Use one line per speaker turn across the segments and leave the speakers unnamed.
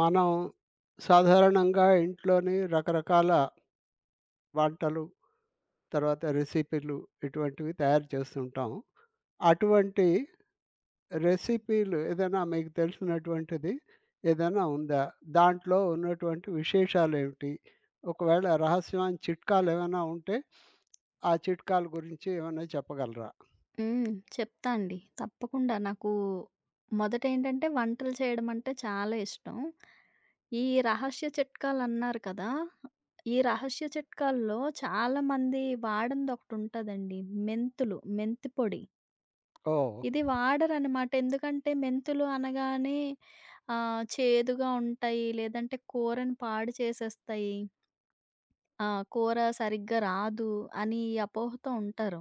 మనం సాధారణంగా ఇంట్లోని రకరకాల వంటలు, తర్వాత రెసిపీలు ఇటువంటివి తయారు చేస్తుంటాం. అటువంటి రెసిపీలు ఏదైనా మీకు తెలిసినటువంటిది ఏదైనా ఉందా? దాంట్లో ఉన్నటువంటి విశేషాలేమిటి? ఒకవేళ రహస్యమైన చిట్కాలేమైనా ఉంటే, ఆ చిట్కాల గురించి ఏమైనా చెప్పగలరా?
హ్మ్. చెప్తా అండి. తప్పకుండా. నాకు మొదటేంటంటే వంటలు చేయడం అంటే చాలా ఇష్టం. ఈ రహస్య చిట్కాలన్నారు కదా! ఈ రహస్య చిట్కాల్లో చాలామంది వాడందొకటుంటదండి. మెంతులు, మెంతి పొడి.
ఓహ్!
ఇది వాడరనమాట. ఎందుకంటే మెంతులు అనగానే చేదుగా ఉంటాయి, లేదంటే కూరని పాడు చేసేస్తాయి, కూర సరిగ్గా రాదు అని ఈ అపోహతో ఉంటారు.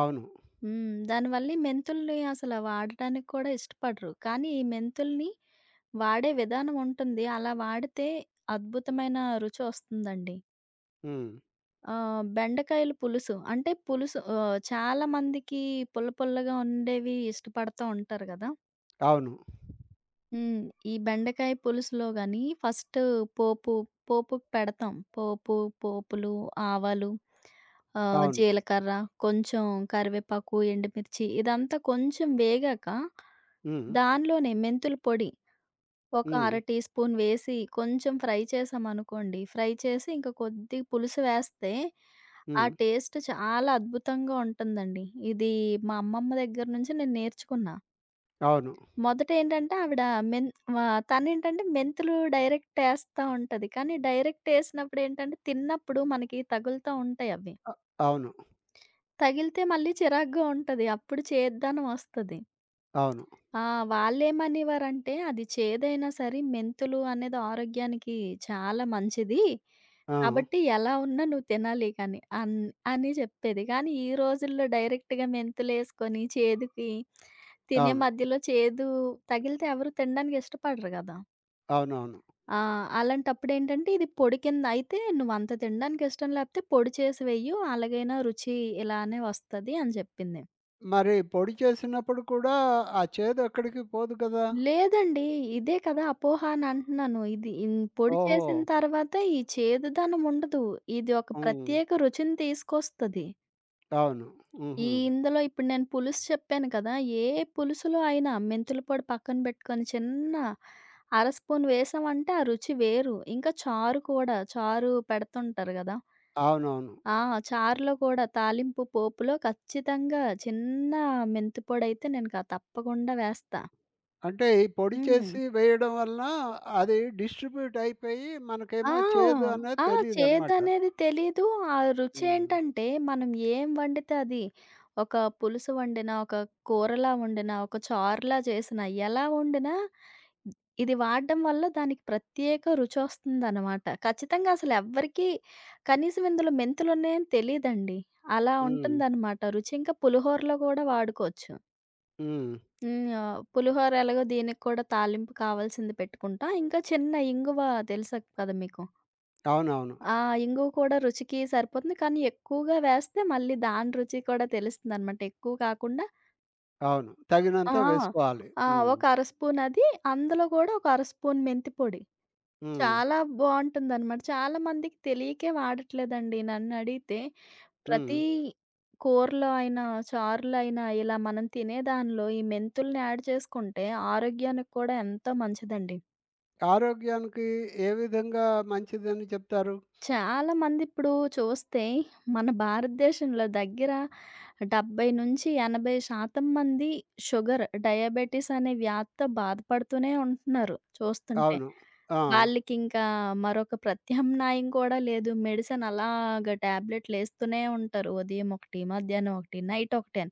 అవును.
హ్మ్. దానివల్ల ఈ మెంతుల్ని అసల వాడటానికి కూడా ఇష్టపడరు. కానీ, ఈ మెంతుల్ని వాడే విధానం ఉంటుంది. అలా వాడితే అద్భుతమైన రుచొస్తుందండి.
హ్మ్.
బెండకాయల పులుసు అంటే పులుసు చాలా మందికి పుల్ల పుల్లగా ఉండేవి ఇష్టపడతా ఉంటారు గదా!
అవును.
హ్మ్. ఈ బెండకాయ పులుసులో గాని ఫస్టు పోపు పోపుకి పెడతాం. పోపు, పోపులు, ఆవాలు,
అవును.
జీలకర్ర, కొంచెం కరివేపాకు, ఎండుమిర్చి ఇదంతా కొంచెం వేగాక
హ్మ్.
దానిలోనే మెంతుల పొడి ఒక
హ్మ్.
అర టీ స్పూన్ వేసి కొంచెం ఫ్రై చేశామనుకోండి. ఫ్రై చేసి ఇంక కొద్దిగా పులుసు వేస్తే ఆ
హ్మ్.
టేస్ట్ చాలా అద్భుతంగా ఉంటుందండి. ఇది మా అమ్మమ్మ దగ్గర నుంచి నేను నేర్చుకున్నా.
అవును.
మొదటేంటంటే ఆవిడ మెన్ వ తనేంటంటే మెంతులు డైరెక్ట్ ఏస్తా ఉంటది. కానీ డైరెక్ట్ ఏసినప్పుడేంటంటే, తిన్నప్పుడు మనకి తగులుతా ఉంటాయవి.
అవును.
తగిలితే మళ్ళీ చిరాకుగా ఉంటది. అప్పుడు చేదనం ఒస్తది.
అవును.
ఆ! వాళ్ళేమనేవారంటే, అది చేదైనా సరే మెంతులు అనేది ఆరోగ్యానికి చాలా మంచిది.
ఆ!
కాబట్టి ఎలా ఉన్నా నువ్వు తినాలి కానీ అని చెప్పేది. కానీ ఈ రోజుల్లో డైరెక్ట్‌గా మెంతులేసుకొని చేదుకి తినే
అవును.
మధ్యలో చేదు తగిలితే ఎవరు తినడానికి ఇష్టపడరు గదా!
అవునవును.
ఆ! అలాంటప్పుడేంటంటే ఇది పొడి కింద అయితే నువ్వంత తినడానికి ఇష్టం లేకపోతే పొడి చేసి వెయ్యు అలాగైనా రుచి ఇలానే వస్తది అని చెప్పింది.
మరి పొడి చేసినప్పుడు కూడా ఆ చేదు ఎక్కడికి పోదు కదా!
లేదండి. ఇదే కదా అపోహ అని అంటున్నాను. ఇది పొడి
ఓహో!
చేసిన తర్వాత ఈ చేదుదనం ఉండదు. ఇది ఒక
హ్మ్.
ప్రత్యేక రుచిని తీసుకొస్తది.
అవును.
ఈ
హుహు.
ఇందులో ఇప్పుడు నేను పులుసు చెప్పాను కదా! ఏ పులుసులో అయినా మెంతుల పొడి పక్కన పెట్టుకొని చిన్న అర స్పూన్ వేసామంటే ఆ రుచి వేరు. ఇంకా చారు కూడా చారు పెడుతుంటారు గదా!
అవునవును.
ఆ! చారులో కూడా తాలింపు పోపులో ఖచ్చితంగా చిన్న మెంతి పొడైతే నేను తప్పకుండా వేస్తా.
అంటే ఈ పొడి
హ్మ్.
చేసి వేయడం వలన అది డిస్ట్రిబ్యూట్ అయిపోయి
ఆ!
మనకేమో చేదు అనేది
ఆ!
తెలీదనమాట.
చేదనేది తెలీదు. ఆ
హ్మ్.
రుచేంటంటే, మనం ఏం వండితే అది ఒక పులుసు వండినా, ఒక కూరలా వండినా, ఒక చారులా చేసినా, ఎలా వండినా ఇది వాడడం వల్ల దానికి ప్రత్యేక రుచొస్తుందనమాట. ఖచ్చితంగా అసలెవ్వరికీ కనీసం ఇందులో మెంతులున్నాయని తెలీదండి. అలా
హ్మ్.
ఉంటుందనమాట రుచి. ఇంకా పులిహోరలో గూడా వాడుకోవచ్చు.
హ్మ్.
హ్మ్. పులిహోర ఎలాగో దీనికి కూడా తాలింపు కావాల్సింది పెట్టుకుంటాం. ఇంకా చిన్న ఇంగువ తెలుసా కదా మీకు?
అవునవును.
ఆ! ఇంగువ కూడా రుచికి సరిపోతుంది. కానీ ఎక్కువగా వేస్తే మళ్ళీ దాని రుచి కూడా తెలుస్తుందనమాట. ఎక్కువ కాకుండా
అవును.
ఆ!
తగినంత వేసుకోవాలి.
ఆ!
హ్మ్.
ఒక అర స్పూన్ అది. అందులో గూడా ఒక అర స్పూన్ మెంతి పొడి.
హ్మ్.
చాలా బావుంటుందనమాట. చాలా మందికి తెలియకే వాడట్లేదండి నన్నడిగితే.
హ్మ్.
ప్రతి కూరలో అయినా, చారులో అయినా ఇలా మనం తినే దానిలో ఈ మెంతుల్ని యాడ్ చేసుకుంటే ఆరోగ్యానికి కూడా ఎంతో మంచిదండి.
ఆరోగ్యానికి ఏ విధంగా మంచిదని చెప్తారు?
చాలా మందిప్పుడు చూస్తే మన భారతదేశంలో దగ్గర 70-80% మంది షుగర్, డయాబెటిస్ అనే వ్యాధితో బాధపడుతూనే ఉంటున్నారు చూస్తుంటే.
అవును. ఆ!
వాళ్ళకింకా మరొక ప్రత్యామ్నాయం కూడా లేదు. మెడిసిన్ అలాగా టాబ్లెట్‌లేస్తూనే ఉంటారు. ఉదయం ఒకటి, మధ్యాహ్నం ఒకటి, నైట్ ఒకటి అని.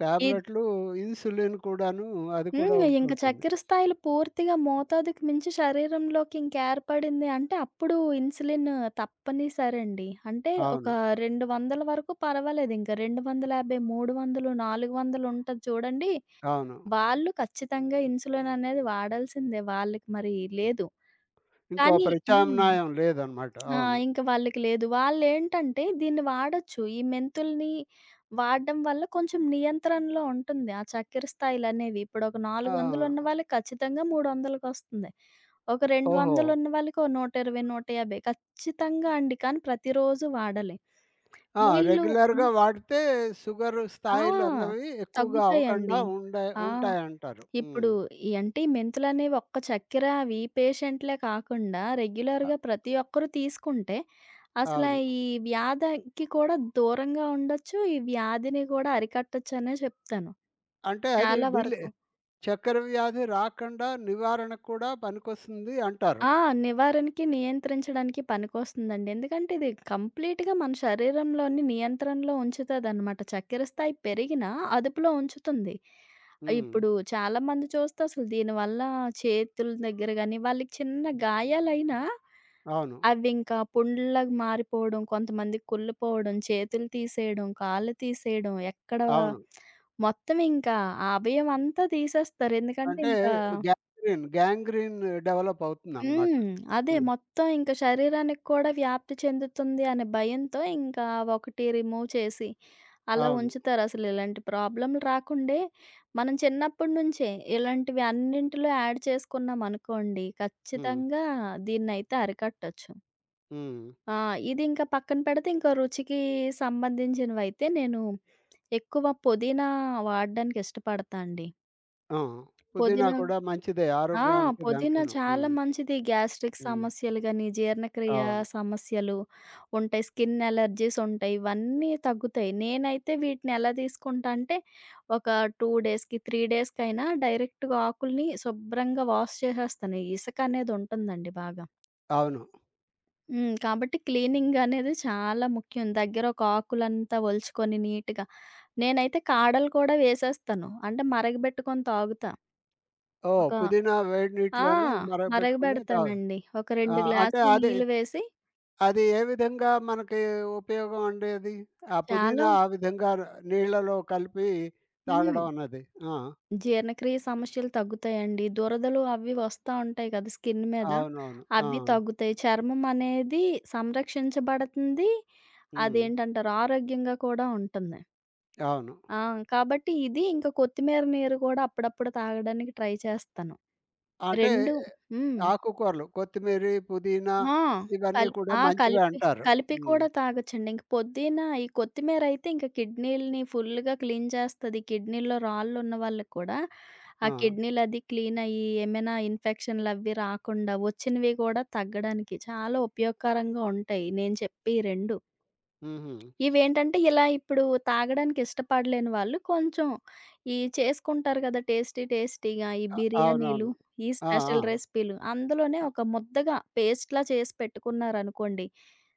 టాబ్లెట్లు, ఇన్సులిన్ కూడాను అది కూడా
హ్మ్. ఇంక
ఉంటుంటుంది.
చక్కెర స్థాయిలు పూర్తిగా మోతాదుకి మించి శరీరంలోకి ఇంకేర్పడింది అంటే, అప్పుడు ఇన్సులిన్ తప్పనిసరండి. అంటే ఒక
అవును.
200 వరకు పర్వాలేదింక. 250, 300, 400 ఉంటది చూడండి,
అవును.
వాళ్ళు ఖచ్చితంగా ఇన్సులిన్ అనేది వాడాల్సిందే. వాళ్ళకి మరి లేదు.
ఇంకో
కానీ హ్మ్.
ప్రత్యామ్నాయం లేదనమాట.
ఆ!
అవును.
ఇంక వాళ్ళకి లేదు. వాళ్ళేంటంటే దీన్ని వాడొచ్చు. ఈ మెంతుల్ని వాడడం వల్ల కొంచెం నియంత్రణలో ఉంటుంది. ఆ చక్కెర స్థాయిలనేవి. ఇప్పుడొక
ఆ!
400 ఉన్న వాళ్ళకి ఖచ్చితంగా 300కొస్తుంది. ఒక
ఓహో!
200 ఉన్న వాళ్ళకి ఓ 120, 150 ఖచ్చితంగా అండి. కానీ ప్రతిరోజు వాడాలి.
ఆ!
వీళ్ళు
రెగ్యులర్‌గా
హ్మ్.
వాడితే షుగర్
ఆ!
స్థాయిలన్నవి ఎక్కువగా
తగ్గుతాయండి.
అవ్వకుండా ఉండే
ఆ!
ఉంటాయంటారు. హ్మ్.
ఇప్పుడు ఈ అంటే ఈ మెంతులనేవి ఒక్క చక్కెర అవి పేషెంట్‌లే కాకుండా
అ
రెగ్యులర్‌గా ప్రతి ఒక్కరు తీసుకుంటే అసల
అవును.
ఈ వ్యాధికి కూడా దూరంగా ఉండొచ్చు. ఈ వ్యాధిని కూడా అరికట్టొచ్చనే చెప్తాను
అంటే అది
చాలా
డిలే
వరకు.
చక్కెర వ్యాధి రాకుండా నివారణకు కూడా పనికొస్తుంది అంటారు.
ఆ! నివారణకి, నియంత్రించడానికి పనికొస్తుందండి. ఎందుకంటే ఇది కంప్లీట్‌గా మన శరీరంలోని నియంత్రణలో ఉంచుతదనమాట. చక్కెర స్థాయి పెరిగినా అదుపులో ఉంచుతుంది.
హ్మ్.
ఇప్పుడు చాలామంది చూస్తే అసలు దీనివల్ల చేతుల దగ్గర గాని, వాళ్ళకి చిన్న గాయాలైనా
అవును.
అవింకా పుండ్లులాగా మారిపోవడం, కొంతమందికి కుళ్ళిపోవడం, చేతులు తీసేయడం, కాళ్ళు తీసేయడం, ఎక్కడ
అవును.
మొత్తం ఇంకా ఆ అవయవం అంతా తీసేస్తారు. ఎందుకంటే
అంటే
ఇంకా
గ్యాంగ్రీన్, గ్యాంగ్రీన్ డెవలప్ అవుతుందనమాట.
హ్మ్. అదే
హ్మ్.
మొత్తం ఇంక శరీరానికి కూడా వ్యాప్తి చెందుతుంది అనే భయంతో ఇంకా ఒకటి రిమూవ్ చేసి అలా
అవును.
ఉంచుతారు. అసలు ఇలాంటి ప్రాబ్లమ్‌లు రాకుండే మనం చిన్నప్పటి నుంచే ఇలాంటివి అన్నింటిలో యాడ్ చేసుకున్నామనుకోండి
హ్మ్.
ఖచ్చితంగా దీన్నైతే అరికట్టొచ్చు.
హ్మ్.
ఆ! ఇది ఇంకా పక్కన పెడితే ఇంకా రుచికి సంబంధించినవైతే నేను ఎక్కువ పుదీనా వాడడానికి ఇష్టపడతా అండి.
ఆ! పుదీనా
పుదీనా
కూడా మంచిదే
ఆ!
ఆరోగ్యానికి
పుదీనా
దానికిను.
చాలా
హ్మ్.
మంచిది. గ్యాస్ట్రిక్
హ్మ్.
సమస్యలు గాని, జీర్ణక్రియ
అవును.
సమస్యలు ఉంటాయి. స్కిన్ అలర్జీస్ ఉంటాయి. ఇవన్నీ తగ్గుతాయి. నేనైతే వీటిని ఎలా తీసుకుంటా అంటే, ఒక 2 డేస్‌కి, 3 డేస్‌కైనా డైరెక్ట్‌గా ఆకుల్ని శుభ్రంగా వాష్ చేసేస్తాను. ఈ ఇసక అనేది ఉంటుందండి బాగా.
అవును.
హ్మ్. కాబట్టి క్లీనింగ్ అనేది చాలా ముఖ్యం. దగ్గర ఒక ఆకులంతా ఒలుచుకొని నీట్‌గా నేనైతే కాడలు కూడా వేసేస్తాను. అంటే మరగబెట్టుకొని తాగుతా.
ఓహ్!
ఒక
పుదీనా వేడి
ఆ!
నీటిలోని మరగబెట్టుకొని తాగు
మరగబెడతానండి. ఒక
ఆ!
2
అంటే
గ్లాసులు
అది,
నీళ్లు వేసి
అది ఏ విధంగా మనకి ఉపయోగం అండి అది? ఆ
చాలా
పుదీనా ఆ విధంగా నీళ్ళలో కలిపి
హ్మ్.
తాగడం అన్నది. ఆ!
జీర్ణక్రియ సమస్యలు తగ్గుతాయండి. దురదలు అవి వస్తా ఉంటాయి కదా! స్కిన్ మీద.
అవునవును. ఆ!
అవి తగ్గుతాయి. చర్మం అనేది సంరక్షించబడుతుంది.
హ్మ్.
అదేంటంటారు ఆరోగ్యంగా కూడా ఉంటుంది.
అవును.
ఆ! కాబట్టి ఇది ఇంకా కొత్తిమీర నీరు కూడా అప్పుడప్పుడు తాగడానికి ట్రై చేస్తాను.
అంటే
2 హ్మ్.
ఆకుకూరలు కొత్తిమీరి, పుదీనా
ఆ!
ఇవన్నీ
కల్
కూడా
ఆ!
మంచివే
కలిపి
అంటారు.
కలిపి
హ్మ్.
కూడా తాగొచ్చండి. ఇంక పొద్దున ఈ కొత్తిమీరైతే ఇంక కిడ్నీలని ఫుల్‌గా క్లీన్ చేస్తది. కిడ్నీలో రాళ్ళున్న వాళ్ళకి కూడా ఆ
ఆ!
కిడ్నీలది క్లీన్ అయ్యి, ఏమైనా ఇన్ఫెక్షన్‌లవి రాకుండా, వచ్చినవి కూడా తగ్గడానికి చాలా ఉపయోగకరంగా ఉంటాయి. నేను చెప్పి ఈ 2.
హుహు.
ఇవేంటంటే ఇలా ఇప్పుడు తాగడానికి ఇష్టపడలేని వాళ్ళు కొంచెం ఈ చేసుకుంటారు కదా! టేస్టీ టేస్టీగా ఈ
అ
బిర్యానీలు,
అవునవును.
ఈ
ఆ! ఆ!
స్పెషల్ రెసిపీలు అందులోనే ఒక ముద్దగా పేస్ట్‌లా చేసి పెట్టుకున్నారనుకోండి.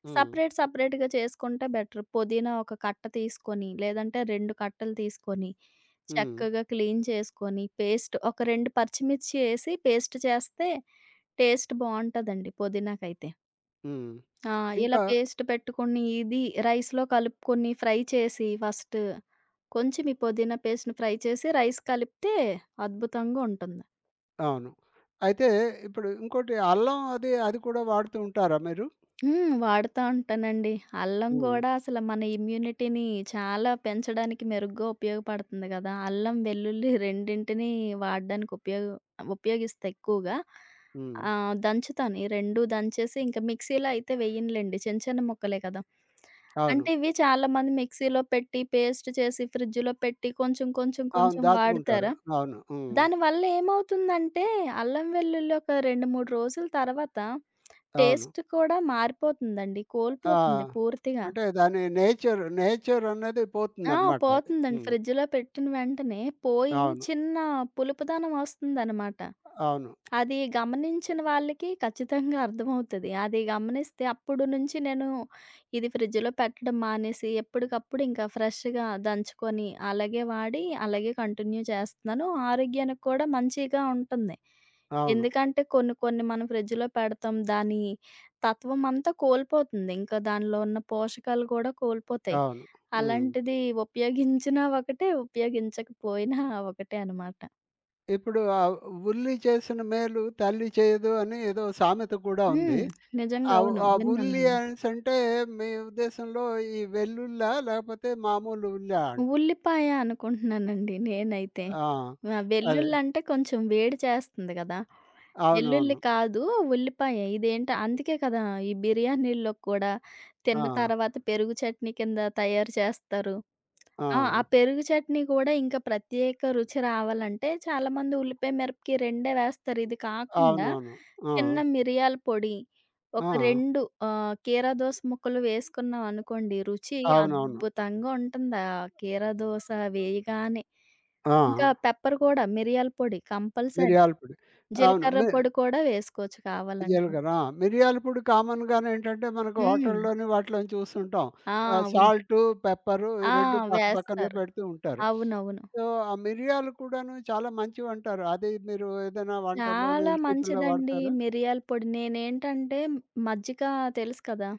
హ్మ్.
సెపరేట్ సెపరేట్‌గా చేసుకుంటే బెటర్. పుదీనా ఒక కట్ట తీసుకొని, లేదంటే 2 కట్టలు తీసుకొని,
హ్మ్.
చక్కగా క్లీన్ చేసుకొని, పేస్ట్ ఒక 2 పచ్చిమిర్చి ఏసి పేస్ట్ చేస్తే టేస్ట్ బావుంటదండి పుదీనాకైతే.
హ్మ్.
ఆ! ఇలా
ఇంకా
పేస్ట్ పెట్టుకొని ఇది రైస్‌లో కలుపుకొని ఫ్రై చేసి ఫస్ట్ కొంచెం ఈ పుదీనా పేస్ట్‌ని ఫ్రై చేసి రైస్ కలిపితే అద్భుతంగా ఉంటుంది.
అవును. అయితే ఇప్పుడు ఇంకోటి అల్లం అది, అది కూడా వాడుతూ ఉంటారా మీరు?
హ్మ్. వాడుతా ఉంటానండి. అల్లం
హ్మ్.
గూడా అసలు మన ఇమ్యూనిటీని చాలా పెంచడానికి మెరుగ్గా ఉపయోగపడుతుంది గదా! అల్లం, వెల్లుల్లి రెండింటిని వాడడానికి ఉపయోగిస్తా ఎక్కువగా.
హ్మ్.
దంచుతాను. ఈ 2 దంచేసి ఇంక మిక్సీలో అయితే వేయనులెండి. చిన్న చిన్న ముక్కలే కదా!
అవును.
అంటే ఇవి చాలామంది మిక్సీలో పెట్టి, పేస్ట్ చేసి, ఫ్రిడ్జ్‌లో పెట్టి కొంచెం, కొంచెం,
అవును.
కొంచెం
దాచుకుంటారు.
వాడతారా?
అవును. హ్మ్.
దానివల్ల ఏమవుతుందంటే అల్లం, వెల్లుల్లి ఒక 2, 3 రోజుల తర్వాత
అవును.
టేస్ట్ కూడా మారిపోతుందండి.
ఆ!
కోల్పోతుంది పూర్తిగా.
అంటే దాని నేచర్, నేచర్ అనేది
ఆ!
పోతుందనమాట అది.
పోతుందండి.
హ్మ్.
ఫ్రిడ్జ్‌లో పెట్టిన వెంటనే పోయి
అవును.
చిన్న పులుపుదనం వస్తుందనమాట.
అవును.
అది గమనించిన వాళ్ళకి ఖచ్చితంగా అర్థమవుతది. అది గమనిస్తే అప్పుడు నుంచి నేను ఇది ఫ్రిడ్జ్‌లో పెట్టడం మానేసి, ఎప్పటికప్పుడు ఇంకా ఫ్రెష్‌గా దంచుకొని, అలాగే వాడి, అలాగే కంటిన్యూ చేస్తున్నాను. ఆరోగ్యానికి కూడా మంచిగా ఉంటుంది.
అవును.
ఎందుకంటే కొన్ని కొన్ని మనం ఫ్రిడ్జ్‌లో పెడతాం. దాని తత్వం అంతా కోల్పోతుంది. ఇంకా దానిలో ఉన్న పోషకాలు కూడా కోల్పోతాయి.
అవును. హ్మ్.
అలాంటిది ఉపయోగించినా ఒకటే, ఉపయోగించకపోయినా ఒకటే అనమాట.
ఇప్పుడు ఆ ఉల్లి చేసిన మేలు తల్లి చేయదు అని ఏదో సామెత కూడా ఉంది.
హ్మ్. నిజంగా. అవును.
ఆ ఉల్లి
విన్నానండి.
అనేసంటే మీ ఉద్దేశంలో ఈ వెల్లుల్లా? లేపోతే మామూలు ఉల్లా? అంట
ఉల్లిపాయ అనుకుంటున్నానండి నేనైతే.
ఆ!
ఆ!
అదే.
వెల్లుల్లంటే కొంచెం వేడి చేస్తుంది గదా! వెల్లుల్లి
అవునవును.
కాదు ఉల్లిపాయ. ఇదేంటి అందుకే కదా! ఈ బిర్యానీల్లో కూడా
ఆ!
తిన్న తర్వాత పెరుగు చట్నీ కింద తయారు చేస్తారు.
ఆ!
ఆ! ఆ పెరుగు చట్నీ కూడా ఇంకా ప్రత్యేక రుచి రావాలంటే చాలామంది ఉల్లిపాయ, మిరపకాయ రెండే వేస్తారు. ఇది కాకుండా
అవునవును. ఆ!
చిన్న మిరియాల పొడి, ఒక
ఆ!
2 కీరా దోస ముక్కలు వేసుకున్నాం అనుకోండి, రుచి
అవునవును.
అద్భుతంగా ఉంటుంది. ఆ కీరా దోస వేయగానే.
ఆ!
ఇంకా పెప్పర్ కూడా మిరియాల పొడి కంపల్సరీ.
మిరియాల పొడి. అవును.
జీలకర్ర పొడి కూడా వేసుకోవచ్చు కావాలంటే.
జీలకర్ర. ఆ! మిరియాల పొడి కామన్‌గానేంటంటే మనకు
హ్మ్.
హోటల్‌లోని వాటిలోని చూస్తుంటాం.
ఆ!
ఆహ్,
అవును.
సాల్టు, పెప్పరు ఈ
ఆ!
2 పక్క పక్కనే
వేస్తారు.
పెడుతూ ఉంటారు.
అవునవును.
సో, ఆ మిరియాలు కూడాను చాలా మంచివంటారు. అది మీరు ఏదైనా వంటల్లోని
చాలా
రెసిపీ‌ల్లో
మంచిదండి
వాడతారా?
మిరియాల పొడి. నేనేంటంటే మజ్జిక తెలుసు కదా!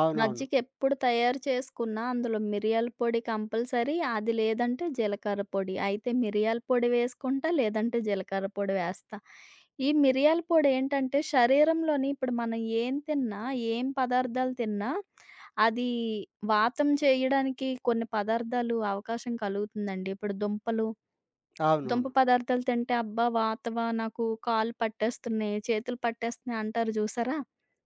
అవునవును.
మజ్జిక ఎప్పుడు తయారు చేసుకున్నా అందులో మిరియాల పొడి కంపల్సరీ. అది లేదంటే జీలకర్ర పొడి. అయితే మిరియాల పొడి వేసుకుంటా, లేదంటే జీలకర్ర పొడి వేస్తా. ఈ మిరియాల పొడి ఏంటంటే శరీరంలోని ఇప్పుడు మనం ఏం తిన్నా, ఏం పదార్థాలు తిన్నా అది వాతం చేయడానికి కొన్ని పదార్థాలు అవకాశం కలుగుతుందండి. ఇప్పుడు దుంపలు దుంప
అవునవును.
పదార్థాలు తింటే అబ్బా! వాతవ నాకు కాళ్ళు పట్టేస్తున్నాయి, చేతులు పట్టేస్తున్నాయి అంటారు చూసారా?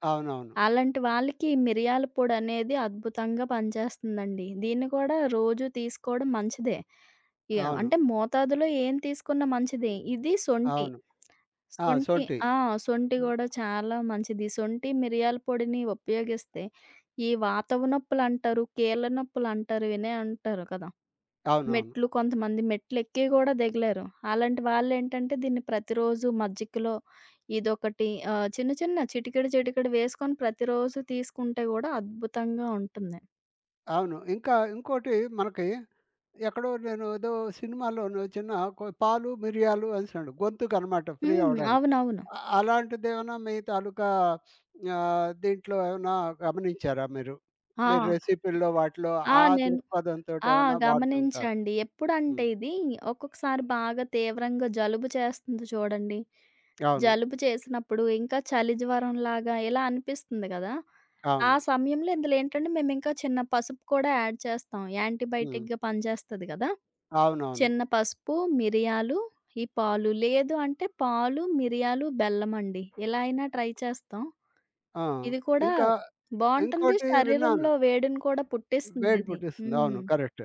అవునవును.
అలాంటి వాళ్ళకి మిరియాల పొడి అనేది అద్భుతంగా పనిచేస్తుందండి. దీన్ని కూడా రోజు తీసుకోవడం మంచిదే. ఇగ
అవును.
అంటే మోతాదులో ఏం తీసుకున్నా మంచిదే. ఇది సొంటి.
అవును. ఆ!
సొంటి
సొంఠి.
ఆ! సొంటి
ఆ!
కూడా చాలా మంచిది. సొంటి మిరియాల పొడిని ఉపయోగిస్తే ఈ వాతవ నొప్పులంటారు, కీళ్ళ నొప్పులంటారు వినే ఉంటారు కదా!
అవునవును.
మెట్లు కొంతమంది మెట్లెక్కి గూడా దిగలేరు. అలాంటి వాళ్ళేంటంటే దీన్ని ప్రతిరోజు మజ్జికలో ఇదొకటి చిన్న చిన్న చిటికెడు చిటికెడు వేసుకొని ప్రతిరోజు తీసుకుంటే గూడా అద్భుతంగా ఉంటుంది.
అవును. ఇంకా ఇంకోటి మనకి ఎక్కడో నేను ఏదో సినిమాలోనో చిన్న పాలు, మిరియాలు అనేసండు గొంతుకనమాట ఫ్రీ
హ్మ్.
అవ్వడానికి.
అవునవును.
అలాంటిదేమన్నా మీ తాలూకా ఆహ్, దీంట్లో ఏమన్నా గమనించారా మీరు?
ఆ!
మీరు రెసిపీ‌ల్లో వాటిలో
ఆ!
ఆ
నేను ఆ!
దృక్పథంతోటేమన్నా వాడుతుంటారు?
గమనించండి. ఎప్పుడంటే
హ్మ్.
ఇది ఒక్కొక్కసారి బాగా తీవ్రంగా జలుబు చేస్తుంది చూడండి.
అవును.
జలుబు చేసినప్పుడు, ఇంకా చలి జ్వరంలాగా ఇలా అనిపిస్తుంది గదా! ఆ
అవును.
సమయంలో ఇందులో ఏంటంటే, మేమింకా చిన్న పసుపు కూడా యాడ్ చేస్తాం.
హ్మ్.
యాంటీబయాటిక్‌గా పనిచేస్తది గదా!
అవునవును.
చిన్న పసుపు, మిరియాలు, ఈ పాలు. లేదు అంటే పాలు, మిరియాలు, బెల్లమండి. ఇలా అయినా ట్రై చేస్తాం.
ఆ!
ఇది కూడా
ఇంకా
బావుంటుంది.
ఇంకోటి విన్నాను.
శరీరంలో వేడిని కూడా
వేడి
పుట్టిస్తుందిది.
పుట్టిస్తుంది.
హ్మ్.
అవును. కరెక్ట్.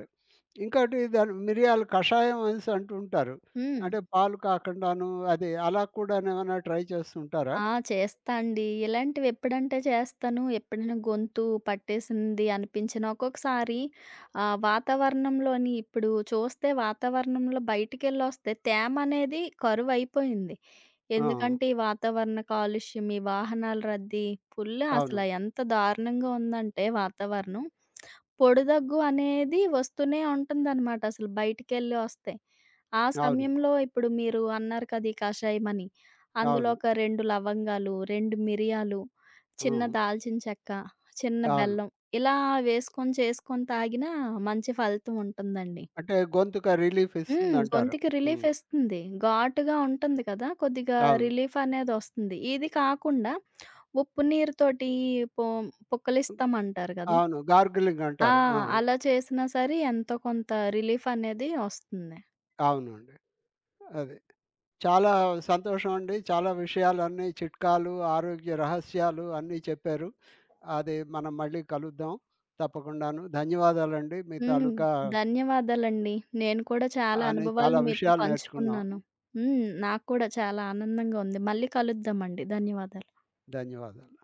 ఇంకోటి దాని మిరియాల కషాయం అనేసి అంటూ ఉంటారు.
హ్మ్.
అంటే పాలు కాకుండాను అది అలా కూడా ఏమైనా ట్రై చేస్తుంటారా?
ఆ! చేస్తా అండి. ఇలాంటివెప్పుడంటే చేస్తాను, ఎప్పుడైనా గొంతు పట్టేసింది అనిపించిన ఒక్కొక్కసారి వాతావరణంలోని ఇప్పుడు చూస్తే వాతావరణంలో బయటికెళ్ళొస్తే తేమ అనేది కరువైపోయింది.
ఆ!
ఎందుకంటే ఈ వాతావరణ కాలుష్యం, ఈ వాహనాల రద్దీ ఫుల్ అసల
అవును.
ఎంత దారుణంగా ఉందంటే వాతావరణం. పొడి దగ్గు అనేది వస్తూనే ఉంటుందనమాట అసలు బయటికెళ్ళి వస్తే. ఆ
అవును.
సమయంలో ఇప్పుడు మీరు అన్నారు కదా! ఈ కషాయమని. అందులో
అవును.
ఒక 2 లవంగాలు, 2 మిరియాలు, చిన్న
హ్మ్.
దాల్చిన చెక్క, చిన్న
అవును.
బెల్లం ఇలా వేసుకొని చేసుకొని తాగినా మంచి ఫలితం ఉంటుందండి.
అంటే గొంతుకు రిలీఫ్
హ్మ్.
ఇస్తుందంటారు.
గొంతుకి రిలీఫ్
హ్మ్.
ఇస్తుంది. ఘాటుగా ఉంటుంది కదా! కొద్దిగా
అవును.
రిలీఫ్ అనేది వస్తుంది. ఇది కాకుండా ఉప్పు నీరుతోటి పొ పుక్కిలిస్తామంటారు కదా!
అవును. గార్గిలింగ్
ఆ!
అంటారు. ఆ!
అలా చేసినా సరే ఎంతో కొంత రిలీఫనేది ఒస్తుంది.
అవునండి. అది. చాలా సంతోషం అండి. చాలా విషయాలన్నీ చిట్కాలు, ఆరోగ్య రహస్యాలు అన్నీ చెప్పారు. అది మనం మళ్ళీ కలుద్దాం తప్పకుండాను. ధన్యవాదాలండి. మీ
హ్మ్.
తాలూకా
ధన్యవాదాలండి. నేను కూడా చాలా
అన్ని చాలా
అనుభవాలను మీతో
విషయాలు నేర్చుకున్నాం.
పంచుకున్నాను. హ్మ్. నాకు కూడా చాలా ఆనందంగా ఉంది. మళ్ళీ కలుద్దామండి. ధన్యవాదాలు.
ధన్యవాదాలు.